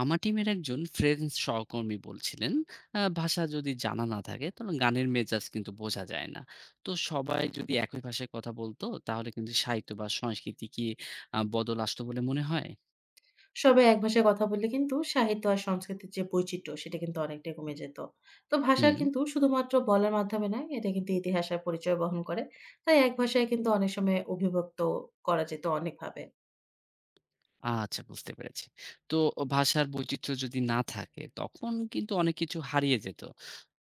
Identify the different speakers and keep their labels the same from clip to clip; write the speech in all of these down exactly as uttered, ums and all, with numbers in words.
Speaker 1: আমার টিমের একজন ফ্রেঞ্চ সহকর্মী বলছিলেন আহ, ভাষা যদি জানা না থাকে তাহলে গানের মেজাজ কিন্তু বোঝা যায় না। তো সবাই যদি একই ভাষায় কথা বলতো তাহলে কিন্তু সাহিত্য বা সংস্কৃতি কি আহ, বদল আসতো বলে মনে হয়?
Speaker 2: সবাই এক ভাষায় কথা বললে কিন্তু সাহিত্য আর সংস্কৃতির যে বৈচিত্র্য সেটা কিন্তু অনেকটাই কমে যেত। তো ভাষা
Speaker 1: হুম।
Speaker 2: কিন্তু শুধুমাত্র বলার মাধ্যমে নয়, এটা কিন্তু ইতিহাস আর পরিচয় বহন করে। তাই এক ভাষায় কিন্তু অনেক সময় অভিব্যক্ত করা যেত অনেকভাবে।
Speaker 1: আচ্ছা, বুঝতে পেরেছি। তো ভাষার বৈচিত্র্য যদি না থাকে তখন কিন্তু অনেক কিছু হারিয়ে যেত।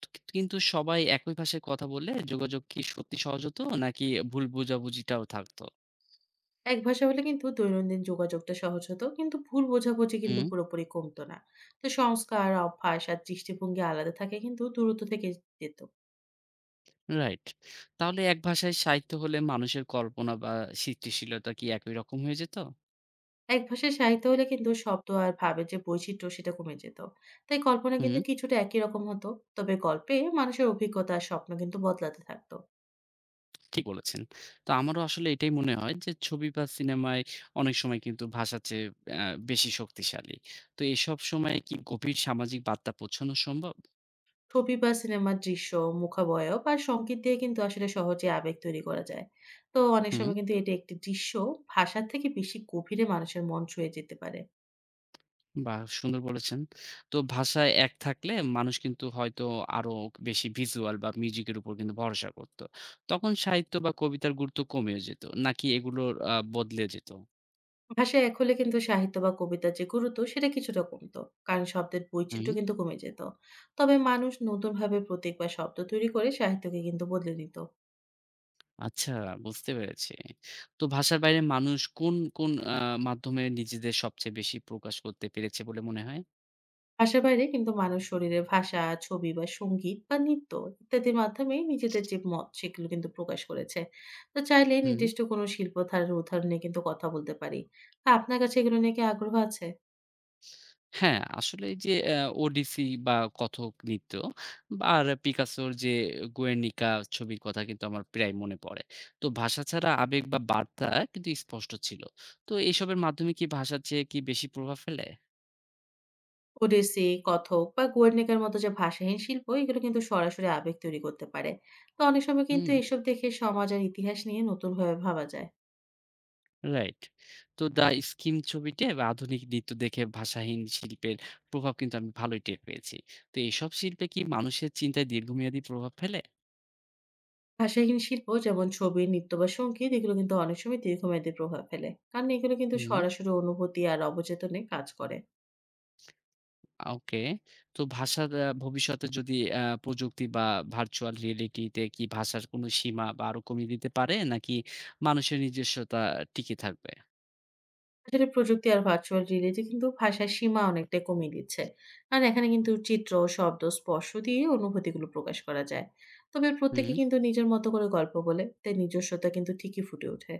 Speaker 1: তো কি- কিন্তু সবাই একই ভাষায় কথা বললে যোগাযোগ কি সত্যি সহজ হতো, নাকি ভুল বোঝাবুঝিটাও থাকতো?
Speaker 2: এক ভাষা হলে কিন্তু দৈনন্দিন যোগাযোগটা সহজ হতো, কিন্তু ভুল বোঝাবুঝি কিন্তু
Speaker 1: হুম।
Speaker 2: পুরোপুরি কমতো না। তো সংস্কার, অভ্যাস আর দৃষ্টিভঙ্গি আলাদা থাকে, কিন্তু দূরত্ব থেকে যেত।
Speaker 1: রাইট। তাহলে এক ভাষায় সাহিত্য হলে মানুষের কল্পনা বা সৃষ্টিশীলতা কি একই রকম হয়ে যেত?
Speaker 2: এক ভাষায় সাহিত্য হলে কিন্তু শব্দ আর ভাবের যে বৈচিত্র্য সেটা কমে যেত, তাই কল্পনা কিন্তু
Speaker 1: হুম,
Speaker 2: কিছুটা একই রকম হতো। তবে গল্পে মানুষের অভিজ্ঞতা আর স্বপ্ন কিন্তু বদলাতে থাকতো।
Speaker 1: ঠিক বলেছেন। তো আমারও আসলে এটাই মনে হয় যে ছবি বা সিনেমায় অনেক সময় কিন্তু ভাষার চেয়ে আ বেশি শক্তিশালী। তো এসব সময়ে কি গভীর সামাজিক বার্তা পৌঁছানো সম্ভব?
Speaker 2: ছবি বা সিনেমার দৃশ্য, মুখাবয়ব বা সংকেত দিয়ে কিন্তু আসলে সহজে আবেগ তৈরি করা যায়। তো অনেক
Speaker 1: হুম,
Speaker 2: সময় কিন্তু এটা একটি দৃশ্য ভাষার থেকে বেশি গভীরে মানুষের মন ছুঁয়ে যেতে পারে।
Speaker 1: বাহ! সুন্দর বলেছেন। তো ভাষায় এক থাকলে মানুষ কিন্তু হয়তো আরো বেশি ভিজুয়াল বা মিউজিকের উপর কিন্তু ভরসা করত। তখন সাহিত্য বা কবিতার গুরুত্ব কমে যেত নাকি এগুলোর আ বদলে যেত?
Speaker 2: ভাষায় এক হলে কিন্তু সাহিত্য বা কবিতার যে গুরুত্ব সেটা কিছুটা কমতো, কারণ শব্দের বৈচিত্র্য
Speaker 1: হুম।
Speaker 2: কিন্তু কমে যেত। তবে মানুষ নতুন ভাবে প্রতীক বা শব্দ তৈরি করে সাহিত্যকে কিন্তু বদলে দিত।
Speaker 1: আচ্ছা, বুঝতে পেরেছি। তো ভাষার বাইরে মানুষ কোন, কোন আ মাধ্যমে নিজেদের সবচেয়ে বেশি প্রকাশ করতে পেরেছে বলে মনে হয়?
Speaker 2: ভাষার বাইরে কিন্তু মানুষ শরীরের ভাষা, ছবি বা সংগীত বা নৃত্য ইত্যাদির মাধ্যমে নিজেদের যে মত সেগুলো কিন্তু প্রকাশ করেছে। তো চাইলে
Speaker 1: হুম।
Speaker 2: নির্দিষ্ট কোনো শিল্পধারার উদাহরণ নিয়ে কিন্তু কথা বলতে পারি। তা আপনার কাছে এগুলো নিয়ে কি আগ্রহ আছে?
Speaker 1: হ্যাঁ, আসলে এই যে অ্যা ওডিসি বা কথক নৃত্য বা আর পিকাসোর যে 'গুয়ের্নিকা' ছবির কথা কিন্তু আমার প্রায় মনে পড়ে। তো ভাষা ছাড়া আবেগ বা বার্তা কিন্তু স্পষ্ট ছিল। তো এসবের মাধ্যমে কি ভাষার চেয়ে কি বেশি প্রভাব ফেলে?
Speaker 2: ওডিসি, কথক বা গোয়ার্নিকার মতো যে ভাষাহীন শিল্প এগুলো কিন্তু সরাসরি আবেগ তৈরি করতে পারে। তো অনেক সময় কিন্তু
Speaker 1: হুম।
Speaker 2: এসব দেখে সমাজ আর ইতিহাস নিয়ে নতুনভাবে ভাবা যায়।
Speaker 1: রাইট। তো দ্য স্কিম ছবিতে বা আধুনিক নৃত্য দেখে ভাষাহীন শিল্পের প্রভাব কিন্তু আমি ভালোই টের পেয়েছি। তো এসব শিল্পে কি মানুষের চিন্তায় দীর্ঘমেয়াদী প্রভাব ফেলে?
Speaker 2: ভাষাহীন শিল্প যেমন ছবি, নৃত্য বা সংগীত এগুলো কিন্তু অনেক সময় দীর্ঘমেয়াদী প্রভাব ফেলে, কারণ এগুলো কিন্তু
Speaker 1: হুম,
Speaker 2: সরাসরি অনুভূতি আর অবচেতনে কাজ করে।
Speaker 1: আ ওকে। তো ভাষার আ ভবিষ্যতে যদি আ প্রযুক্তি বা ভার্চুয়াল রিয়েলিটি তে কি ভাষার কোনো সীমা বা আরো কমিয়ে দিতে পারে? নাকি মানুষের নিজস্বতা টিকে থাকবে?
Speaker 2: আসলে প্রযুক্তি আর ভার্চুয়াল রিয়েলিটি কিন্তু ভাষার সীমা অনেকটাই কমিয়ে দিচ্ছে, কারণ এখানে কিন্তু চিত্র, শব্দ, স্পর্শ দিয়ে অনুভূতিগুলো প্রকাশ করা যায়। তবে প্রত্যেকে
Speaker 1: হুম,
Speaker 2: কিন্তু নিজের মতো করে গল্প বলে, তাই নিজস্বতা কিন্তু ঠিকই ফুটে ওঠে।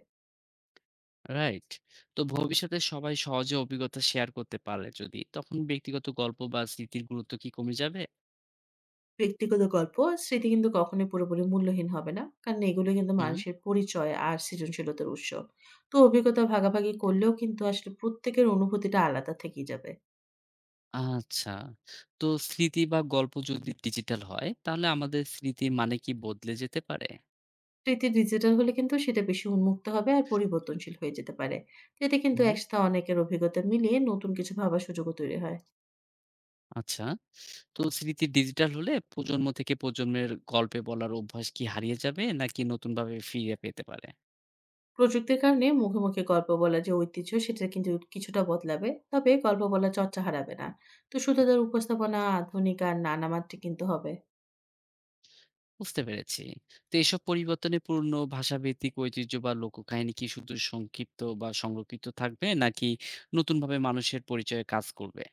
Speaker 1: রাইট। তো ভবিষ্যতে সবাই সহজে অভিজ্ঞতা শেয়ার করতে পারলে যদি, তখন ব্যক্তিগত গল্প বা স্মৃতির গুরুত্ব কি কমে যাবে?
Speaker 2: ব্যক্তিগত গল্প আর স্মৃতি কিন্তু কখনোই পুরোপুরি মূল্যহীন হবে না, কারণ এগুলো কিন্তু
Speaker 1: হুম।
Speaker 2: মানুষের পরিচয় আর সৃজনশীলতার উৎস। তো অভিজ্ঞতা ভাগাভাগি করলেও কিন্তু আসলে প্রত্যেকের অনুভূতিটা আলাদা থেকেই যাবে।
Speaker 1: আচ্ছা। তো স্মৃতি বা গল্প যদি ডিজিটাল হয়, তাহলে আমাদের স্মৃতির মানে কি বদলে যেতে পারে?
Speaker 2: স্মৃতি ডিজিটাল হলে কিন্তু সেটা বেশি উন্মুক্ত হবে আর পরিবর্তনশীল হয়ে যেতে পারে। তো এতে কিন্তু
Speaker 1: হুম।
Speaker 2: একসাথে অনেকের অভিজ্ঞতা মিলিয়ে নতুন কিছু ভাবার সুযোগও তৈরি হয়।
Speaker 1: আচ্ছা। তো স্মৃতি ডিজিটাল হলে প্রজন্ম থেকে প্রজন্মের গল্পে বলার অভ্যাস কি হারিয়ে যাবে নাকি নতুনভাবে ফিরে পেতে পারে?
Speaker 2: প্রযুক্তির কারণে মুখে মুখে গল্প বলার যে ঐতিহ্য সেটা কিন্তু কিছুটা বদলাবে। তবে গল্প বলার চর্চা হারাবে না। তো শুধু তার উপস্থাপনা আধুনিক আর নানা মাত্রে কিন্তু হবে।
Speaker 1: বুঝতে পেরেছি। তো এসব পরিবর্তনে পূর্ণ ভাষাভিত্তিক ঐতিহ্য বা লোককাহিনী কি শুধু সংক্ষিপ্ত বা সংরক্ষিত থাকবে নাকি নতুনভাবে মানুষের পরিচয়ে কাজ করবে?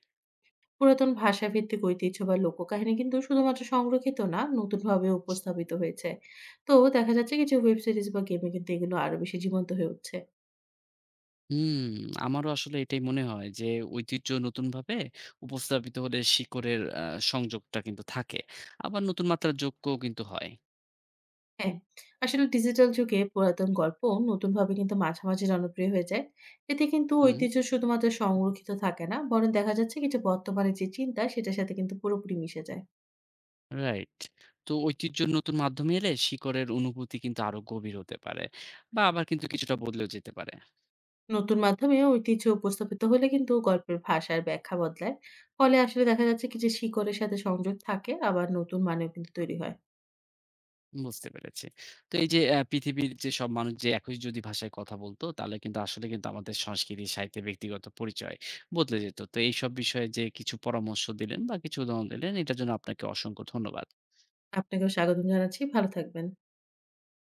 Speaker 2: পুরাতন ভাষাভিত্তিক ঐতিহ্য বা লোককাহিনী কিন্তু শুধুমাত্র সংরক্ষিত না, নতুনভাবে উপস্থাপিত হয়েছে। তো দেখা যাচ্ছে কি যে ওয়েব সিরিজ বা গেমে কিন্তু এগুলো আরো বেশি জীবন্ত হয়ে উঠছে।
Speaker 1: হুম, আমারও আসলে এটাই মনে হয় যে ঐতিহ্য নতুনভাবে উপস্থাপিত হলে শিকড়ের আ সংযোগটা কিন্তু থাকে। আবার নতুন মাত্রা যোগ্যও কিন্তু হয়।
Speaker 2: হ্যাঁ, আসলে ডিজিটাল যুগে পুরাতন গল্প নতুনভাবে কিন্তু মাঝামাঝি জনপ্রিয় হয়ে যায়। এতে কিন্তু
Speaker 1: হুম,
Speaker 2: ঐতিহ্য শুধুমাত্র সংরক্ষিত থাকে না, বরং দেখা যাচ্ছে কি যে বর্তমানে যে চিন্তা সেটার সাথে কিন্তু পুরোপুরি মিশে যায়।
Speaker 1: রাইট। তো ঐতিহ্যের নতুন মাধ্যমে এলে শিকড়ের অনুভূতি কিন্তু আরো গভীর হতে পারে বা আবার কিন্তু কিছুটা বদলেও যেতে পারে।
Speaker 2: নতুন মাধ্যমে ঐতিহ্য উপস্থাপিত হলে কিন্তু গল্পের ভাষার ব্যাখ্যা বদলায়। ফলে আসলে দেখা যাচ্ছে কি যে শিকড়ের সাথে সংযোগ থাকে, আবার নতুন মানেও কিন্তু তৈরি হয়।
Speaker 1: বুঝতে পেরেছি। তো এই যে আ পৃথিবীর যে সব মানুষ যে একই যদি ভাষায় কথা বলতো, তাহলে কিন্তু আসলে কিন্তু আমাদের সংস্কৃতি, সাহিত্যে ব্যক্তিগত পরিচয় বদলে যেত। তো এইসব বিষয়ে যে কিছু পরামর্শ দিলেন বা কিছু উদাহরণ দিলেন, এটার জন্য আপনাকে অসংখ্য ধন্যবাদ।
Speaker 2: আপনাকেও স্বাগতম জানাচ্ছি। ভালো থাকবেন।